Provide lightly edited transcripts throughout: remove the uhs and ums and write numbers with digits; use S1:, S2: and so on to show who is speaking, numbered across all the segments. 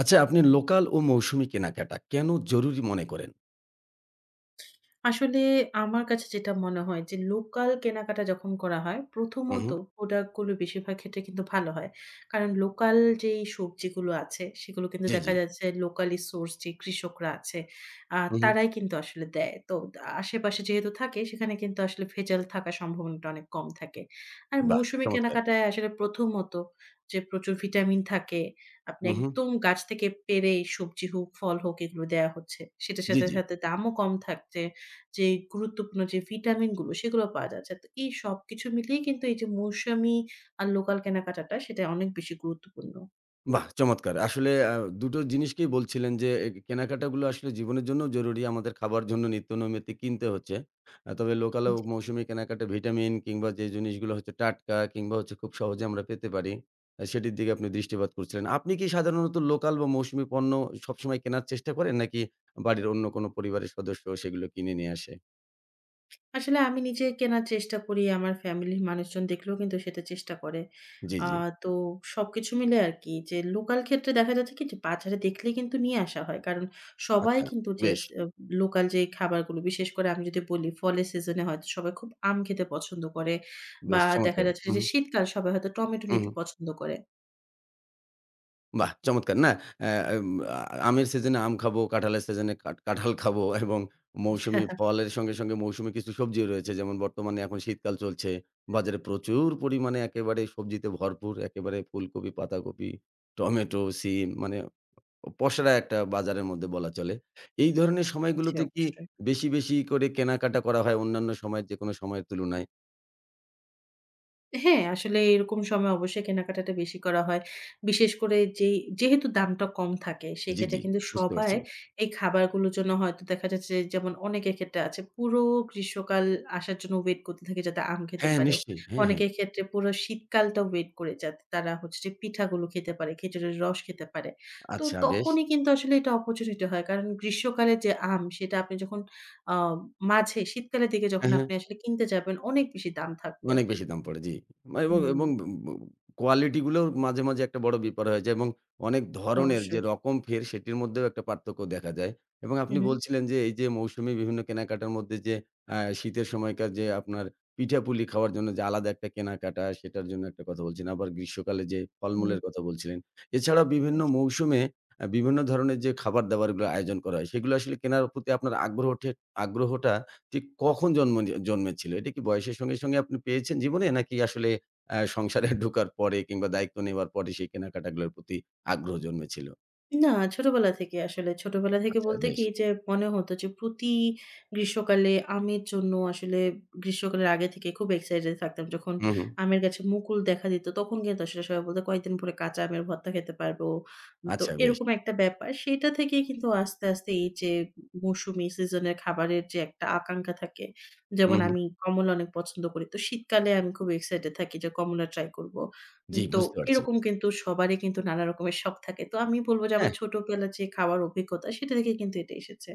S1: আচ্ছা, আপনি লোকাল ও মৌসুমি কেনাকাটা কেন জরুরি মনে করেন?
S2: আসলে আমার কাছে যেটা মনে হয় যে লোকাল কেনাকাটা যখন করা হয়,
S1: হু,
S2: প্রথমত
S1: হু।
S2: প্রোডাক্টগুলো বেশিরভাগ ক্ষেত্রে কিন্তু ভালো হয়। কারণ লোকাল যেই সবজিগুলো আছে, সেগুলো কিন্তু
S1: জি, জি।
S2: দেখা যাচ্ছে লোকালি সোর্স যে কৃষকরা আছে,
S1: হু, হু।
S2: তারাই কিন্তু আসলে দেয়। তো আশেপাশে যেহেতু থাকে সেখানে কিন্তু আসলে ভেজাল থাকার সম্ভাবনাটা অনেক কম থাকে। আর
S1: বাহ!
S2: মৌসুমী
S1: চমৎকার।
S2: কেনাকাটায় আসলে প্রথমত যে প্রচুর ভিটামিন থাকে, আপনি
S1: হু, হু।
S2: একদম গাছ থেকে পেড়ে সবজি হোক, ফল হোক এগুলো দেয়া হচ্ছে। সেটার
S1: জি,
S2: সাথে,
S1: জি।
S2: সাথে দামও কম থাকছে। যে গুরুত্বপূর্ণ যে ভিটামিনগুলো সেগুলো পাওয়া যাচ্ছে। তো এই সবকিছু মিলিয়ে কিন্তু এই যে মৌসুমী আর লোকাল কেনাকাটাটা সেটা অনেক বেশি গুরুত্বপূর্ণ।
S1: বাহ! চমৎকার। আসলে দুই টো জিনিসকেই বলছিলেন যে এ কেনাকাটাগুলো আসলে জীবনের জন্যও জরুরি। আমাদের খাবার জন্য নিত্যনৈমিত্তিক কিনতে হচ্ছে। তবে লোকাল ও
S2: জি।
S1: মৌসুমি কেনাকাটা ভিটামিন কিংবা যে জিনিসগুলো হচ্ছে টাটকা কিংবা হচ্ছে খুব সহজে আমরা পেতে পারি, সেটির দিকে আপনি দৃষ্টিপাত করছিলেন। আপনি কি সাধারণত লোকাল বা মৌসুমি পণ্য সবসময় কেনার চেষ্টা করেন, নাকি বাড়ির অন্য কোনো পরিবারের সদস্য সেগুলো কিনে নিয়ে আসে?
S2: আসলে আমি নিজে কেনার চেষ্টা করি। আমার ফ্যামিলির মানুষজন দেখলেও কিন্তু সেটা চেষ্টা করে।
S1: জি,
S2: আ
S1: জি।
S2: তো সবকিছু মিলে আরকি যে লোকাল ক্ষেত্রে দেখা যাচ্ছে কি যে বাজারে দেখলেই কিন্তু নিয়ে আসা হয়। কারণ সবাই
S1: আচ্ছা,
S2: কিন্তু যে
S1: বেশ,
S2: স আ লোকাল যে খাবারগুলো বিশেষ করে আমি যদি বলি ফলের সিজনে হয়তো সবাই খুব আম খেতে পছন্দ করে বা
S1: বেশ
S2: দেখা
S1: চমৎকার!
S2: যাচ্ছে যে
S1: হুম,
S2: শীতকাল সবাই হয়তো টমেটো
S1: হুম,
S2: নিতে পছন্দ করে।
S1: বাহ! চমৎকার না? অ্যা এম আ আমের সিজনে আম খাবো, কাঁঠালের সিজনে কাঁঠাল খাবো এবং মৌসুমি ফলের সঙ্গে, সঙ্গে মৌসুমি কিছু সবজিও রয়েছে। যেমন বর্তমানে এখন শীতকাল চলছে। বাজারে প্রচুর পরিমাণে একেবারে সবজিতে ভরপুর। একেবারে ফুলকপি, পাতাকপি, টমেটো, সিম মানে পসরা একটা বাজারের মধ্যে বলা চলে। এই ধরনের
S2: জি,
S1: সময়গুলোতে কি
S2: অবশ্যই।
S1: বেশি, বেশি করে কেনাকাটা করা হয় অন্যান্য সময়ের যেকোনো সময়ের তুলনায়?
S2: হ্যাঁ, আসলে এরকম সময় অবশ্যই কেনাকাটাটা বেশি করা হয়। বিশেষ করে যেই যেহেতু দামটা কম থাকে,
S1: জি,
S2: সেক্ষেত্রে
S1: জি,
S2: কিন্তু
S1: বুঝতে
S2: সবাই
S1: পারছি।
S2: এই খাবারগুলোর জন্য হয়তো দেখা যাচ্ছে যে যেমন অনেকের ক্ষেত্রে আছে পুরো গ্রীষ্মকাল আসার জন্য ওয়েট করতে থাকে যাতে আম খেতে
S1: হ্যাঁ,
S2: পারে।
S1: নিশ্চয়ই। হ্যাঁ, হ্যাঁ।
S2: অনেকের ক্ষেত্রে পুরো শীতকালটা ওয়েট করে যাতে তারা হচ্ছে যে পিঠাগুলো খেতে পারে, খেজুরের রস খেতে পারে। তো
S1: আচ্ছা বেশ।
S2: তখনই কিন্তু আসলে এটা অপরচুনিটি হয়। কারণ গ্রীষ্মকালে যে আম সেটা আপনি যখন আ মাঝে শীতকালের দিকে যখন
S1: হ্যাঁ, হ্যাঁ।
S2: আপনি আসলে কিনতে যাবেন অনেক বেশি দাম থাকবে।
S1: অনেক বেশি দাম পড়ে, জি। এবং
S2: হুম।
S1: এবং কোয়ালিটি গুলোর মাঝে, মাঝে একটা বড় বিপদ হয়ে যায় এবং অনেক ধরনের যে
S2: অবশ্যই।
S1: রকম ফের সেটির মধ্যেও একটা পার্থক্য দেখা যায়। এবং
S2: হু,
S1: আপনি
S2: হু।
S1: বলছিলেন যে এই যে মৌসুমী বিভিন্ন কেনাকাটার মধ্যে যে শীতের সময়কার যে আপনার পিঠাপুলি খাওয়ার জন্য যে আলাদা একটা কেনাকাটা সেটার জন্য একটা কথা বলছিলেন। আবার গ্রীষ্মকালে যে
S2: হুম,
S1: ফলমূলের কথা বলছিলেন। এছাড়া বিভিন্ন
S2: জি।
S1: মৌসুমে বিভিন্ন ধরনের যে খাবার-দাবারগুলো আয়োজন করা হয় সেগুলো আসলে কেনার প্রতি আপনার আগ্রহটা ঠিক কখন জন্মেছিল? এটা কি বয়সের সঙ্গে, সঙ্গে আপনি পেয়েছেন জীবনে? নাকি আসলে সংসারে ঢোকার পরে কিংবা দায়িত্ব নেওয়ার পরে সেই কেনাকাটাগুলোর প্রতি আগ্রহ জন্মেছিল?
S2: না ছোটবেলা থেকে আসলে। ছোটবেলা থেকে
S1: আচ্ছা
S2: বলতে
S1: বেশ।
S2: কি যে মনে হতো যে প্রতি গ্রীষ্মকালে আমের জন্য আসলে গ্রীষ্মকালের আগে থেকে খুব এক্সাইটেড থাকতাম। যখন
S1: হু, হু।
S2: আমের গাছে মুকুল দেখা দিত তখন কিন্তু আসলে সবাই বলত কয়েকদিন পরে কাঁচা আমের ভর্তা খেতে পারবো। তো
S1: আচ্ছা বেশ।
S2: এরকম একটা ব্যাপার। সেটা থেকেই কিন্তু আস্তে, আস্তে এই যে মৌসুমি সিজনের খাবারের যে একটা আকাঙ্খা থাকে।
S1: হু,
S2: যেমন
S1: হু।
S2: আমি কমলা অনেক পছন্দ করি। তো শীতকালে আমি খুব এক্সাইটেড থাকি যে কমলা ট্রাই করব।
S1: জি,
S2: তো
S1: বুঝতে পারছি।
S2: এরকম কিন্তু সবারই কিন্তু নানা রকমের শখ থাকে। তো আমি বলব যে আমার
S1: হ্যাঁ।
S2: ছোটবেলার যে খাওয়ার অভিজ্ঞতা সেটা থেকে কিন্তু এটা এসেছে।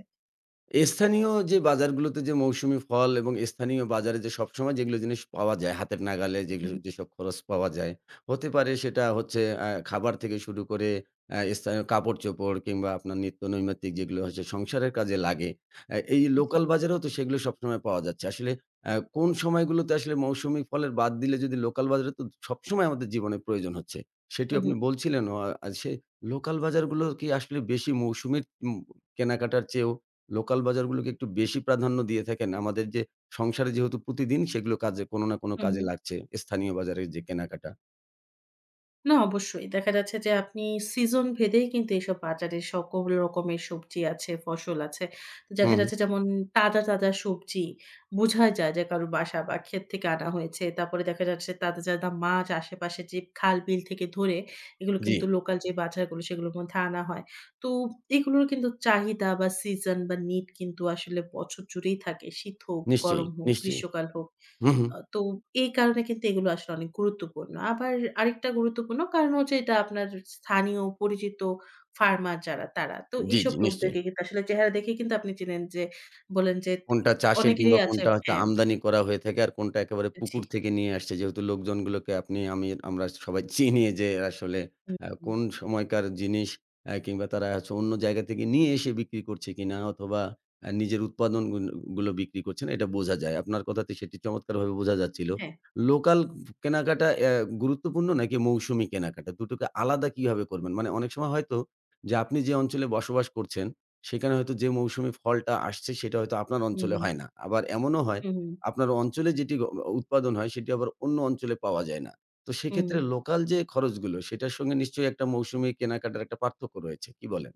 S1: স্থানীয় যে বাজারগুলোতে যে মৌসুমি ফল এবং স্থানীয় বাজারে যে সবসময় যেগুলো জিনিস পাওয়া যায় হাতের নাগালে যেগুলো
S2: হুম,
S1: যেসব খরচ পাওয়া যায়। হতে পারে সেটা হচ্ছে খাবার থেকে শুরু করে স্থানীয় কাপড়-চোপড় কিংবা আপনার নিত্য নৈমিত্তিক যেগুলো হচ্ছে সংসারের কাজে লাগে। এই
S2: জি।
S1: লোকাল বাজারেও তো সেগুলো সবসময় পাওয়া যাচ্ছে। আসলে কোন সময়গুলোতে আসলে মৌসুমি ফলের বাদ দিলে যদি লোকাল বাজারে তো সবসময় আমাদের জীবনে প্রয়োজন হচ্ছে। সেটিও
S2: হুম,
S1: আপনি
S2: হুম।
S1: বলছিলেন। আর সে লোকাল বাজারগুলো কি আসলে বেশি মৌসুমীর কেনাকাটার চেয়েও লোকাল বাজারগুলোকে একটু বেশি প্রাধান্য দিয়ে থাকেন। আমাদের যে সংসারে যেহেতু প্রতিদিন সেগুলো কাজে কোনো না কোনো
S2: হুম,
S1: কাজে
S2: হুম।
S1: লাগছে। স্থানীয় বাজারের যে কেনাকাটা।
S2: না অবশ্যই। দেখা যাচ্ছে যে আপনি সিজন ভেদেই কিন্তু এসব বাজারে সকল রকমের সবজি আছে, ফসল আছে। তো দেখা
S1: হুম, হুম,
S2: যাচ্ছে যেমন তাজা, তাজা সবজি বোঝা যায় যে কারো বাসা বা ক্ষেত থেকে আনা হয়েছে। তারপরে দেখা যাচ্ছে তাজা, তাজা মাছ আশেপাশে যে খাল, বিল থেকে ধরে এগুলো
S1: জি,
S2: কিন্তু লোকাল যে বাজারগুলো সেগুলোর মধ্যে আনা হয়। তো এগুলোর কিন্তু চাহিদা বা সিজন বা নিড কিন্তু আসলে বছর জুড়েই থাকে। শীত হোক,
S1: নিশ্চয়ই,
S2: গরম হোক,
S1: নিশ্চয়ই।
S2: গ্রীষ্মকাল হোক।
S1: হু, হু।
S2: তো এই কারণে কিন্তু এগুলো আসলে অনেক গুরুত্বপূর্ণ। আবার আরেকটা গুরুত্বপূর্ণ কারণ হচ্ছে এটা আপনার স্থানীয় পরিচিত ফার্মার যারা তারা। তো
S1: জি,
S2: এসব
S1: জি, নিশ্চয়ই।
S2: লোকদেরকে কিন্তু আসলে চেহারা দেখে কিন্তু আপনি চিনেন যে বললেন যে
S1: কোনটা চাষের
S2: অনেকেরই
S1: কিংবা
S2: আছে
S1: কোনটা হচ্ছে
S2: হ্যাঁ,
S1: আমদানি করা হয়ে থাকে আর কোনটা একেবারে
S2: জি।
S1: পুকুর থেকে নিয়ে আসছে। যেহেতু লোকজনগুলোকে আপনি আমি আমরা সবাই চিনি যে আসলে
S2: হুম, হুম।
S1: কোন সময়কার জিনিস কিংবা তারা হচ্ছে অন্য জায়গা থেকে নিয়ে এসে বিক্রি করছে কিনা অথবা নিজের উৎপাদন গুন গুলো বিক্রি করছে না এটা বোঝা যায়। আপনার কথাতে সেটি চমৎকারভাবে বোঝা যাচ্ছিল।
S2: হ্যাঁ।
S1: লোকাল কেনাকাটা গুরুত্বপূর্ণ নাকি মৌসুমি কেনাকাটা? দুটোকে আলাদা কিভাবে করবেন? মানে অনেক সময় হয়তো যে আপনি যে অঞ্চলে বসবাস করছেন সেখানে হয়তো যে মৌসুমে ফলটা আসছে সেটা হয়তো আপনার
S2: হুম,
S1: অঞ্চলে হয় না। আবার এমনও হয়
S2: হুম,
S1: আপনার অঞ্চলে যেটি উৎপাদন হয় সেটি আবার অন্য অঞ্চলে পাওয়া যায় না। তো
S2: হুম।
S1: সেক্ষেত্রে লোকাল যে খরচগুলো সেটার সঙ্গে নিশ্চয়ই একটা মৌসুমি কেনাকাটার একটা পার্থক্য রয়েছে। কি বলেন?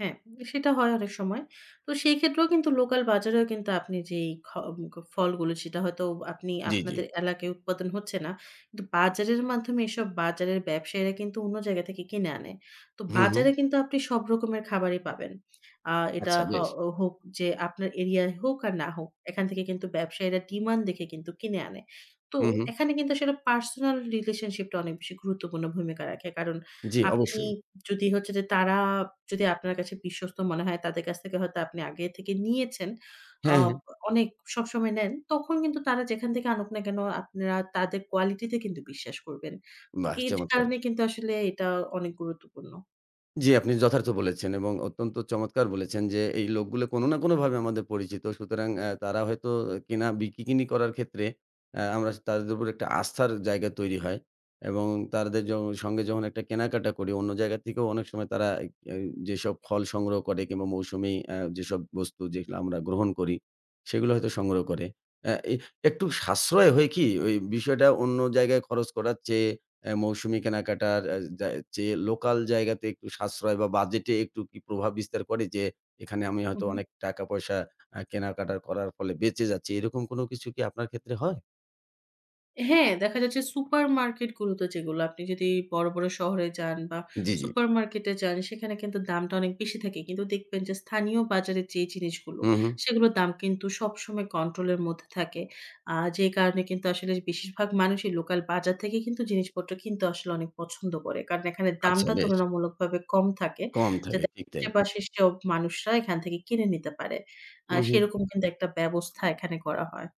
S2: হ্যাঁ, সেটা হয় অনেক সময়। তো সেই ক্ষেত্রেও কিন্তু লোকাল বাজারেও কিন্তু আপনি যেই ফলগুলো সেটা হয়তো আপনি
S1: জি, জি।
S2: আপনাদের এলাকায় উৎপাদন হচ্ছে না। কিন্তু বাজারের মাধ্যমে এসব বাজারের ব্যবসায়ীরা কিন্তু অন্য জায়গা থেকে কিনে আনে। তো
S1: হু, হু।
S2: বাজারে কিন্তু আপনি সব রকমের খাবারই পাবেন। আ এটা
S1: আচ্ছা
S2: হ
S1: বেশ।
S2: হোক যে আপনার এরিয়ায় হোক আর না হোক, এখান থেকে কিন্তু ব্যবসায়ীরা ডিমান্ড দেখে কিন্তু কিনে আনে। তো
S1: হু, হু।
S2: এখানে কিন্তু আসলে পার্সোনাল রিলেশনশিপটা অনেক বেশি গুরুত্বপূর্ণ ভূমিকা রাখে। কারণ
S1: জি
S2: আপনি
S1: অবশ্যই।
S2: যদি হচ্ছে যে তারা যদি আপনার কাছে বিশ্বস্ত মনে হয় তাদের কাছ থেকে হয়তো আপনি আগে থেকে নিয়েছেন। আ
S1: হ্যাঁ, হ্যাঁ।
S2: অনেক সবসময় নেন। তখন কিন্তু তারা যেখান থেকে আনুক না কেন আপনারা তাদের কোয়ালিটিতে কিন্তু বিশ্বাস করবেন।
S1: বাহ!
S2: এর
S1: চমৎকার।
S2: কারণে কিন্তু আসলে এটা অনেক গুরুত্বপূর্ণ।
S1: জি, আপনি যথার্থ বলেছেন এবং অত্যন্ত চমৎকার বলেছেন যে, এই লোকগুলো কোনো না কোনোভাবে আমাদের পরিচিত। সুতরাং তারা হয়তো কিনা বিক্রি-কিনি করার ক্ষেত্রে আমরা তাদের উপর একটা আস্থার জায়গা তৈরি হয় এবং তাদের য সঙ্গে যখন একটা কেনাকাটা করি, অন্য জায়গা থেকেও অনেক সময় তারা এ এই যেসব ফল সংগ্রহ করে কিংবা মৌসুমি যেসব বস্তু যেগুলো আমরা গ্রহণ করি, সেগুলো হয়তো সংগ্রহ করে। অ্যা এ একটু সাশ্রয় হয় কি ওই বিষয়টা অন্য জায়গায় খরচ করার চেয়ে মৌসুমি কেনাকাটার অ্যা যা চেয়ে লোকাল জায়গাতে একটু সাশ্রয় বা বাজেটে একটু কি প্রভাব বিস্তার করে যে, এখানে আমি
S2: হু,
S1: হয়তো
S2: হু।
S1: অনেক টাকা পয়সা কেনাকাটা করার ফলে বেঁচে যাচ্ছি। এরকম কোনো কিছু কি আপনার ক্ষেত্রে হয়?
S2: হ্যাঁ, দেখা যাচ্ছে সুপারমার্কেটগুলোতে যেগুলো আপনি যদি বড়, বড় শহরে যান বা
S1: জি, জি।
S2: সুপারমার্কেটে যান, সেখানে কিন্তু দামটা অনেক বেশি থাকে। কিন্তু দেখবেন যে স্থানীয় বাজারে যে জিনিসগুলো,
S1: হু, হু।
S2: সেগুলোর দাম কিন্তু সবসময় কন্ট্রোলের মধ্যে থাকে। যে কারণে কিন্তু আসলে বেশিরভাগ মানুষই লোকাল বাজার থেকে কিন্তু জিনিসপত্র কিনতে আসলে অনেক পছন্দ করে। কারণ এখানে
S1: আচ্ছা
S2: দামটা
S1: বেশ।
S2: তুলনামূলকভাবে কম থাকে,
S1: কম থাকে।
S2: যাতে
S1: ঠিক তাই।
S2: আশেপাশের সব মানুষরা এখান থেকে কিনে নিতে পারে।
S1: হু, হু।
S2: সেরকম কিন্তু একটা ব্যবস্থা এখানে করা হয়।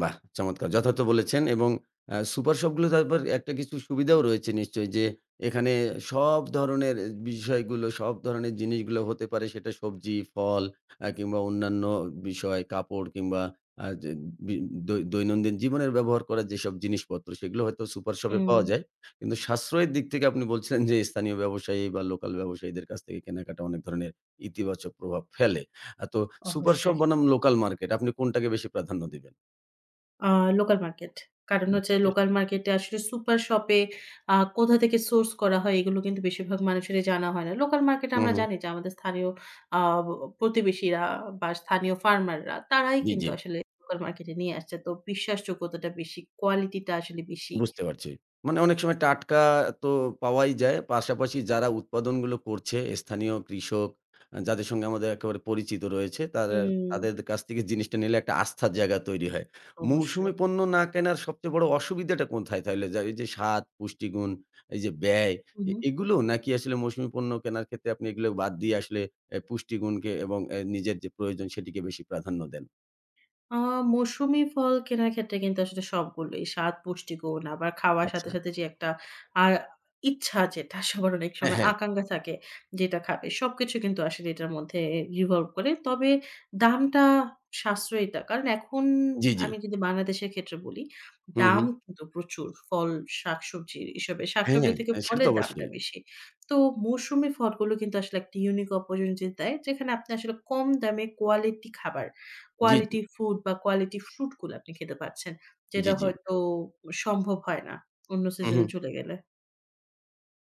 S1: বাহ! চমৎকার। যথার্থ বলেছেন এবং সুপার শপগুলো তারপর একটা কিছু সুবিধাও রয়েছে নিশ্চয়ই যে এখানে সব ধরনের বিষয়গুলো, সব ধরনের জিনিসগুলো হতে পারে সেটা সবজি, ফল কিংবা অন্যান্য বিষয়, কাপড় কিংবা আ যে বি দৈ দৈনন্দিন জীবনের ব্যবহার করার যেসব জিনিসপত্র সেগুলো হয়তো সুপার শপে
S2: হুম,
S1: পাওয়া যায়। কিন্তু সাশ্রয়ের দিক থেকে আপনি বলছিলেন যে স্থানীয় ব্যবসায়ী বা লোকাল ব্যবসায়ীদের কাছ থেকে কেনাকাটা অনেক ধরনের ইতিবাচক প্রভাব ফেলে। তো সুপার শপ
S2: অবশ্যই।
S1: বনাম লোকাল মার্কেট আপনি কোনটাকে বেশি প্রাধান্য দিবেন?
S2: আ লোকাল মার্কেট। কারণ হচ্ছে
S1: আচ্ছা বেশ।
S2: লোকাল মার্কেটে আসলে সুপার শপে কোথা থেকে সোর্স করা হয় এগুলো কিন্তু বেশিরভাগ মানুষেরই জানা হয় না। লোকাল মার্কেটে
S1: হুম,
S2: আমরা
S1: হুম।
S2: জানি যে আমাদের স্থানীয় আ ব প্রতিবেশীরা বা স্থানীয় ফার্মাররা তারাই
S1: জি, জি।
S2: কিন্তু আসলে লোকাল মার্কেটে নিয়ে আসছে। তো বিশ্বাসযোগ্যতাটা বেশি, কোয়ালিটিটা আসলে বেশি।
S1: বুঝতে পারছি। মানে অনেক সময় টাটকা তো পাওয়াই যায়। পাশাপাশি যারা উৎপাদনগুলো করছে স্থানীয় কৃষক যাদের সঙ্গে আমাদের একেবারে পরিচিত রয়েছে তারা তাদের
S2: হুম।
S1: কাছ থেকে জিনিসটা নিলে একটা আস্থার জায়গা তৈরি হয়।
S2: অবশ্যই।
S1: মৌসুমি পণ্য না কেনার সবচেয়ে বড় অসুবিধাটা কোথায় তাহলে? যা এই যে স্বাদ, পুষ্টিগুণ, এই যে ব্যয়
S2: হু, হু।
S1: এগুলো নাকি আসলে মৌসুমি পণ্য কেনার ক্ষেত্রে আপনি এগুলো বাদ দিয়ে আসলে পুষ্টিগুণকে এবং নিজের যে প্রয়োজন সেটিকে বেশি প্রাধান্য দেন?
S2: আ মৌসুমি ফল কেনার ক্ষেত্রে কিন্তু আসলে সবগুলোই স্বাদ, পুষ্টিগুণ আবার খাওয়ার সাথে,
S1: আচ্ছা।
S2: সাথে যে একটা আ ইচ্ছা যেটা সবার অনেক
S1: হ্যাঁ,
S2: সময়
S1: হ্যাঁ।
S2: আকাঙ্খা থাকে যেটা খাবে সবকিছু কিন্তু আসলে এটার মধ্যে revolve করে। তবে দামটা সাশ্রয়িতা। কারণ এখন
S1: জি, জি।
S2: আমি যদি বাংলাদেশের ক্ষেত্রে বলি,
S1: হুম,
S2: দাম
S1: হুম।
S2: কিন্তু প্রচুর ফল, শাকসবজির এসবের।
S1: হ্যাঁ,
S2: শাকসবজি থেকে
S1: হ্যাঁ, সেটা তো
S2: ফলের দামটা
S1: অবশ্যই।
S2: বেশি। তো মৌসুমি ফলগুলো কিন্তু আসলে একটা ইউনিক অপরচুনিটি দেয় যেখানে আপনি আসলে কম দামে কোয়ালিটি খাবার
S1: জি, জি,
S2: কোয়ালিটি ফুড বা কোয়ালিটি ফ্রুট গুলো আপনি খেতে পারছেন। যেটা
S1: জি, জি।
S2: হয়তো সম্ভব হয় না অন্য
S1: উহু।
S2: সিজনে চলে গেলে।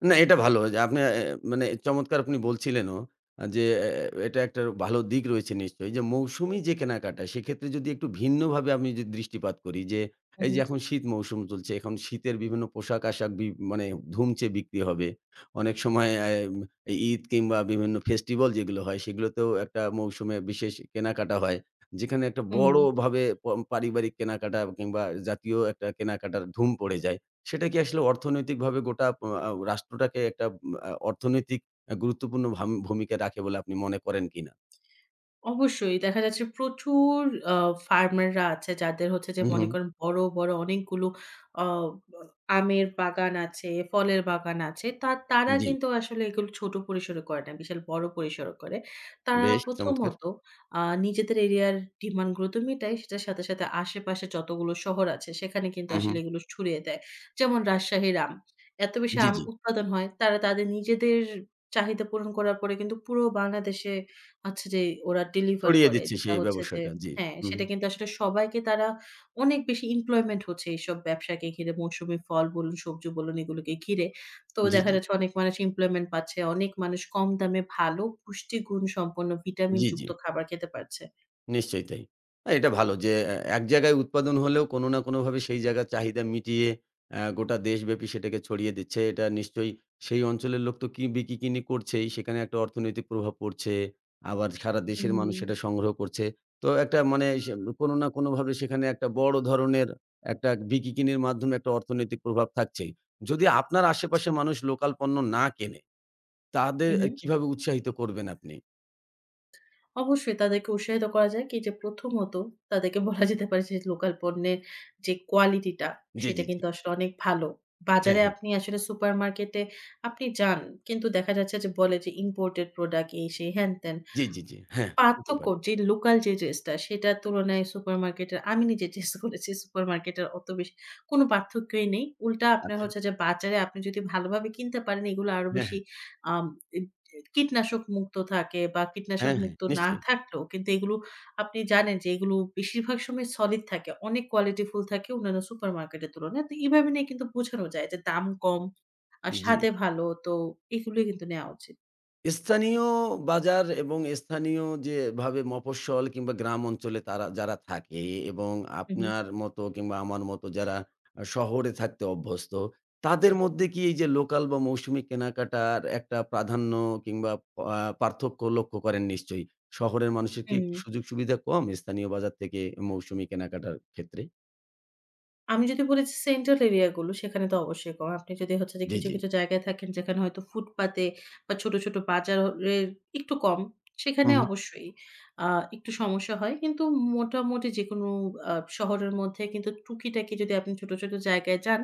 S1: না, এটা ভালো যে আপনি মানে চমৎকার আপনি বলছিলেনও আ যে অ্যা এটা একটা ভালো দিক রয়েছে নিশ্চয়ই। যে মৌসুমি যে কেনাকাটা সেক্ষেত্রে যদি একটু ভিন্নভাবে আমি যদি দৃষ্টিপাত করি যে
S2: হু,
S1: এই
S2: হু।
S1: যে এখন শীত মৌসুম চলছে, এখন শীতের বিভিন্ন পোশাক-আশাক মানে ধুমচে বিক্রি হবে। অনেক সময় ঈদ কিংবা বিভিন্ন ফেস্টিভাল যেগুলো হয় সেগুলোতেও একটা মৌসুমে বিশেষ কেনাকাটা হয়। যেখানে একটা
S2: হুম।
S1: বড়ভাবে পারিবারিক কেনাকাটা কিংবা জাতীয় একটা কেনাকাটার ধুম পড়ে যায়। সেটা কি আসলে অর্থনৈতিকভাবে গোটা আ আ রাষ্ট্রটাকে একটা অর্থনৈতিক গুরুত্বপূর্ণ ভূমিকা রাখে বলে আপনি মনে করেন কিনা?
S2: অবশ্যই। দেখা যাচ্ছে প্রচুর আ ফার্মাররা আছে যাদের হচ্ছে যে
S1: হু, হু।
S2: মনে করেন বড়, বড় অনেকগুলো আ বা আমের বাগান আছে, ফলের বাগান আছে। তা তারা
S1: জি।
S2: কিন্তু আসলে এগুলো ছোট পরিসরে করে না। বিশাল বড় পরিসরে করে। তারা
S1: বেশ চমৎকার।
S2: প্রথমত নিজেদের এরিয়ার ডিমান্ড গুলো তো মেটায়। সেটার সাথে, সাথে আশেপাশে যতগুলো শহর আছে সেখানে কিন্তু
S1: হু, হু।
S2: আসলে এগুলো ছড়িয়ে দেয়। যেমন রাজশাহীর আম। এত বেশি
S1: জি,
S2: আম
S1: জি।
S2: উৎপাদন হয় তারা তাদের নিজেদের চাহিদা পূরণ করার পরে কিন্তু পুরো বাংলাদেশে আচ্ছা যে ওরা ডেলিভার
S1: ছড়িয়ে
S2: করে।
S1: দিচ্ছে
S2: যেটা
S1: সেই
S2: হচ্ছে যে
S1: ব্যবসাটা। জি।
S2: হ্যাঁ,
S1: হু, হু।
S2: সেটা কিন্তু আসলে সবাইকে তারা অনেক বেশি employment হচ্ছে এইসব ব্যবসাকে ঘিরে। মৌসুমি ফল বলুন, সবজি বলুন এগুলোকে ঘিরে। তো
S1: জি,
S2: দেখা
S1: জি।
S2: যাচ্ছে অনেক মানুষ employment পাচ্ছে। অনেক মানুষ কম দামে ভালো পুষ্টিগুণ সম্পন্ন
S1: জি, জি।
S2: ভিটামিনযুক্ত খাবার খেতে পারছে।
S1: নিশ্চয়ই তাই। এটা ভালো যে এক জায়গায় উৎপাদন হলেও কোনো না কোনোভাবে সেই জায়গার চাহিদা মিটিয়ে গোটা দেশব্যাপী সেটাকে ছড়িয়ে দিচ্ছে। এটা নিশ্চয়ই সেই অঞ্চলের লোক তো কি বিকিকিনি করছেই। সেখানে একটা অর্থনৈতিক প্রভাব পড়ছে। আবার সারা দেশের মানুষ
S2: হুম,
S1: সেটা সংগ্রহ করছে। তো একটা মানে সে কোনো না কোনোভাবে সেখানে একটা বড় ধরনের একটা বিকিকিনির মাধ্যমে একটা অর্থনৈতিক প্রভাব থাকছেই। যদি আপনার
S2: জি।
S1: আশেপাশে মানুষ লোকাল পণ্য না কেনে, তাদের
S2: হু, হু।
S1: কিভাবে উৎসাহিত করবেন আপনি?
S2: অবশ্যই তাদেরকে উৎসাহিত করা যায় কি যে প্রথমত তাদেরকে বলা যেতে পারে যে লোকাল পণ্যের যে কোয়ালিটিটা
S1: জি,
S2: সেটা
S1: জি, জি।
S2: কিন্তু আসলে অনেক ভালো।
S1: হ্যাঁ,
S2: বাজারে
S1: হ্যাঁ।
S2: আপনি আসলে সুপারমার্কেটে আপনি যান কিন্তু দেখা যাচ্ছে যে বলে যে ইম্পোর্টেড প্রোডাক্ট এই সেই হ্যান-ত্যান।
S1: জি, জি, জি। হ্যাঁ, হতে
S2: পার্থক্য
S1: পারে।
S2: যে লোকাল যে ড্রেসটা সেটার তুলনায় সুপারমার্কেটের আমি নিজে টেস্ট করেছি সুপারমার্কেটের অত বেশি কোন পার্থক্যই নেই। উল্টা আপনার
S1: আচ্ছা।
S2: হচ্ছে যে বাজারে আপনি যদি ভালোভাবে কিনতে পারেন এগুলো আরো
S1: হ্যাঁ,
S2: বেশি
S1: হ্যাঁ।
S2: আম এ কীটনাশক মুক্ত থাকে বা কীটনাশক
S1: হ্যাঁ, হ্যাঁ।
S2: মুক্ত না
S1: নিশ্চয়ই।
S2: থাকলেও কিন্তু এগুলো আপনি জানেন যে এগুলো বেশিরভাগ সময় সলিড থাকে। অনেক কোয়ালিটি ফুল থাকে অন্যান্য সুপারমার্কেটের তুলনায়। তো এভাবে নিয়ে কিন্তু বোঝানো যায় যে দাম কম আর
S1: জি।
S2: স্বাদে ভালো। তো এগুলোই কিন্তু নেওয়া উচিত।
S1: স্থানীয় বাজার এবং স্থানীয় যেভাবে মফস্বল কিংবা গ্রাম অঞ্চলে তারা যারা থাকে এবং
S2: হু, হু।
S1: আপনার মতো কিংবা আমার মতো যারা শহরে থাকতে অভ্যস্ত,
S2: জি।
S1: তাদের মধ্যে কি এই যে লোকাল বা মৌসুমি কেনাকাটার একটা প্রাধান্য কিংবা পার্থক্য লক্ষ্য করেন নিশ্চয়ই? শহরের মানুষের কি
S2: হুম।
S1: একটু সুযোগ সুবিধা কম স্থানীয় বাজার থেকে মৌসুমি কেনাকাটার ক্ষেত্রে?
S2: আমি যদি বলি যে সেন্ট্রাল এরিয়া গুলো সেখানে তো অবশ্যই কম। আপনি যদি হচ্ছে যে
S1: জি,
S2: কিছু,
S1: জি।
S2: কিছু জায়গায় থাকেন যেখানে হয়তো ফুটপাতে বা ছোট, ছোট বাজারের একটু কম।
S1: হু,
S2: সেখানে
S1: হু।
S2: অবশ্যই আ একটু সমস্যা হয়। কিন্তু মোটামুটি যেকোনো শহরের মধ্যে কিন্তু টুকিটাকি যদি আপনি ছোট, ছোট জায়গায় যান,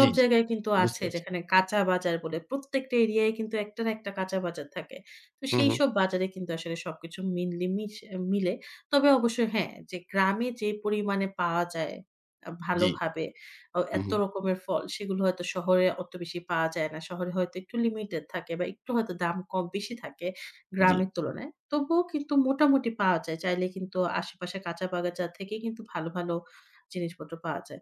S1: জি, জি।
S2: জায়গায় কিন্তু
S1: বুঝতে
S2: আছে
S1: পারছি।
S2: যেখানে কাঁচা বাজার বলে। প্রত্যেকটা এরিয়ায় কিন্তু একটা না একটা কাঁচা বাজার থাকে। তো
S1: হু, হু।
S2: সেইসব বাজারে কিন্তু আসলে সবকিছু মিনলি মিশ মিলে। তবে অবশ্যই হ্যাঁ, যে গ্রামে যে পরিমাণে পাওয়া যায়
S1: জি।
S2: ভালোভাবে
S1: হু,
S2: এত
S1: হু।
S2: রকমের ফল সেগুলো হয়তো শহরে অত বেশি পাওয়া যায় না। শহরে হয়তো একটু লিমিটেড থাকে বা একটু হয়তো দাম কম বেশি থাকে
S1: জি।
S2: গ্রামের তুলনায়। তবুও কিন্তু মোটামুটি পাওয়া যায়। চাইলে কিন্তু আশেপাশে কাঁচা বাজার থেকে কিন্তু ভালো, ভালো জিনিসপত্র পাওয়া যায়।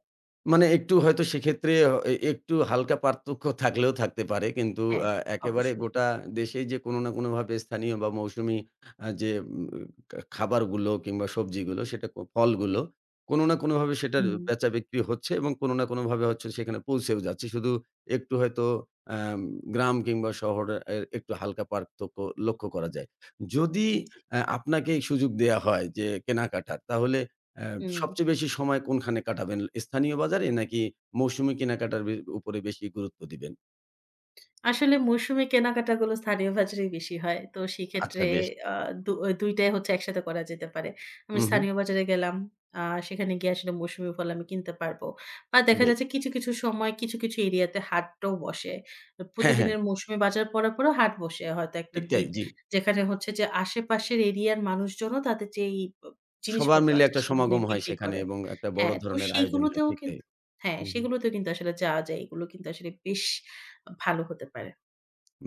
S1: মানে একটু হয়তো সেক্ষেত্রে একটু হালকা পার্থক্য থাকলেও থাকতে পারে। কিন্তু
S2: হ্যাঁ,
S1: আ একেবারে
S2: অবশ্যই।
S1: গোটা দেশেই যে কোনো না কোনোভাবে স্থানীয় বা মৌসুমি আ যে উম খা খাবারগুলো কিংবা সবজিগুলো সেটা ফলগুলো কোনো না কোনোভাবে সেটার
S2: হুম,
S1: বেচা-বিক্রি হচ্ছে এবং কোনো না কোনোভাবে হচ্ছে সেখানে পৌঁছেও যাচ্ছে। শুধু একটু হয়তো আম গ্রাম কিংবা শহরে এর একটু হালকা পার্থক্য লক্ষ্য করা যায়। যদি
S2: জি।
S1: আপনাকে এই সুযোগ দেয়া হয় যে কেনাকাটার, তাহলে অ্যা
S2: হুম।
S1: সবচেয়ে বেশি সময় কোনখানে কাটাবেন? স্থানীয় বাজারে নাকি মৌসুমি কেনাকাটার উপরে বেশি গুরুত্ব দিবেন?
S2: আসলে মৌসুমি কেনাকাটাগুলো স্থানীয় বাজারেই বেশি হয়। তো সেক্ষেত্রে
S1: আচ্ছা বেশ।
S2: আ দু ২ টাই হচ্ছে একসাথে করা যেতে পারে। আমি
S1: হু, হু,
S2: স্থানীয় বাজারে গেলাম। আ সেখানে গিয়ে আসলে মৌসুমি ফল আমি কিনতে পারবো। বা দেখা
S1: বেশ।
S2: যাচ্ছে কিছু, কিছু সময় কিছু, কিছু এরিয়াতে হাটও বসে।
S1: হ্যাঁ, হ্যাঁ,
S2: প্রতিদিনের মৌসুমি বাজার পড়ার পরেও হাট বসে হয়তো একটা
S1: ঠিক তাই,
S2: দিন।
S1: জি।
S2: যেখানে হচ্ছে যে আশেপাশের এরিয়ার মানুষজনও তাদের যেই ব
S1: সবার
S2: জিনিসপত্র
S1: মিলে
S2: আছে
S1: একটা
S2: সেগুলো নিয়ে
S1: সমাগম হয়
S2: বিক্রি
S1: সেখানে
S2: করে।
S1: এবং একটা বড়
S2: হ্যাঁ, তো
S1: ধরনের আয়োজন হয়।
S2: সেইগুলোতেও
S1: ঠিক তাই।
S2: কিন্তু হ্যাঁ,
S1: হু, হু।
S2: সেগুলোতেও কিন্তু আসলে যাওয়া যায়। এগুলো কিন্তু আসলে বেশ ভালো হতে পারে।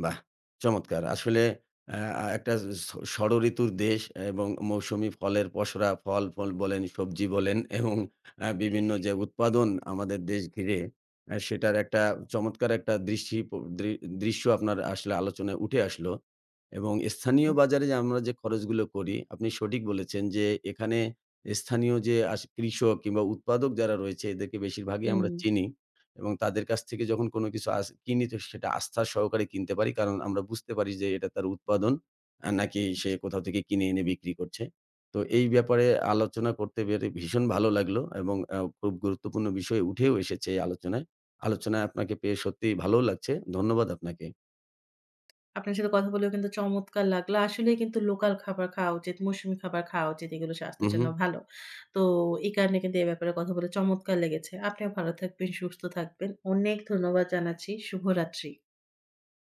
S1: বাহ! চমৎকার। আসলে অ্যা আ একটা ষড়ঋতুর দেশ এবং মৌসুমি ফলের পসরা ফল, ফল বলেন, সবজি বলেন এবং বিভিন্ন যে উৎপাদন আমাদের দেশ ঘিরে সেটার একটা চমৎকার একটা দৃষ্টি প দৃ দৃশ্য আপনার আসলে আলোচনায় উঠে আসলো এবং স্থানীয়
S2: হুম,
S1: বাজারে যে আমরা যে খরচগুলো করি, আপনি সঠিক বলেছেন যে এখানে স্থানীয় যে কৃষক কিংবা উৎপাদক যারা রয়েছে এদেরকে বেশিরভাগই
S2: হুম।
S1: আমরা চিনি। এবং তাদের কাছ থেকে যখন কোনো কিছু কিনি তো সেটা আস্থা সহকারে কিনতে পারি। কারণ আমরা বুঝতে পারি যে এটা তার উৎপাদন নাকি সে
S2: জি।
S1: কোথাও থেকে কিনে এনে বিক্রি করছে। তো এই ব্যাপারে আলোচনা করতে পেরে ভীষণ ভালো লাগলো এবং খুব গুরুত্বপূর্ণ বিষয় উঠেও এসেছে এই আলোচনায়। আলোচনায় আপনাকে পেয়ে সত্যিই ভালোও লাগছে। ধন্যবাদ আপনাকে।
S2: আপনার সাথে কথা বলেও কিন্তু চমৎকার লাগলো। আসলেই কিন্তু লোকাল খাবার খাওয়া উচিত, মৌসুমী খাবার খাওয়া উচিত। এগুলো
S1: হু,
S2: স্বাস্থ্যের
S1: হু।
S2: জন্য ভালো। তো এই কারণে কিন্তু এই ব্যাপারে কথা বলে চমৎকার লেগেছে। আপনিও ভালো থাকবেন, সুস্থ থাকবেন। অনেক ধন্যবাদ জানাচ্ছি। শুভরাত্রি।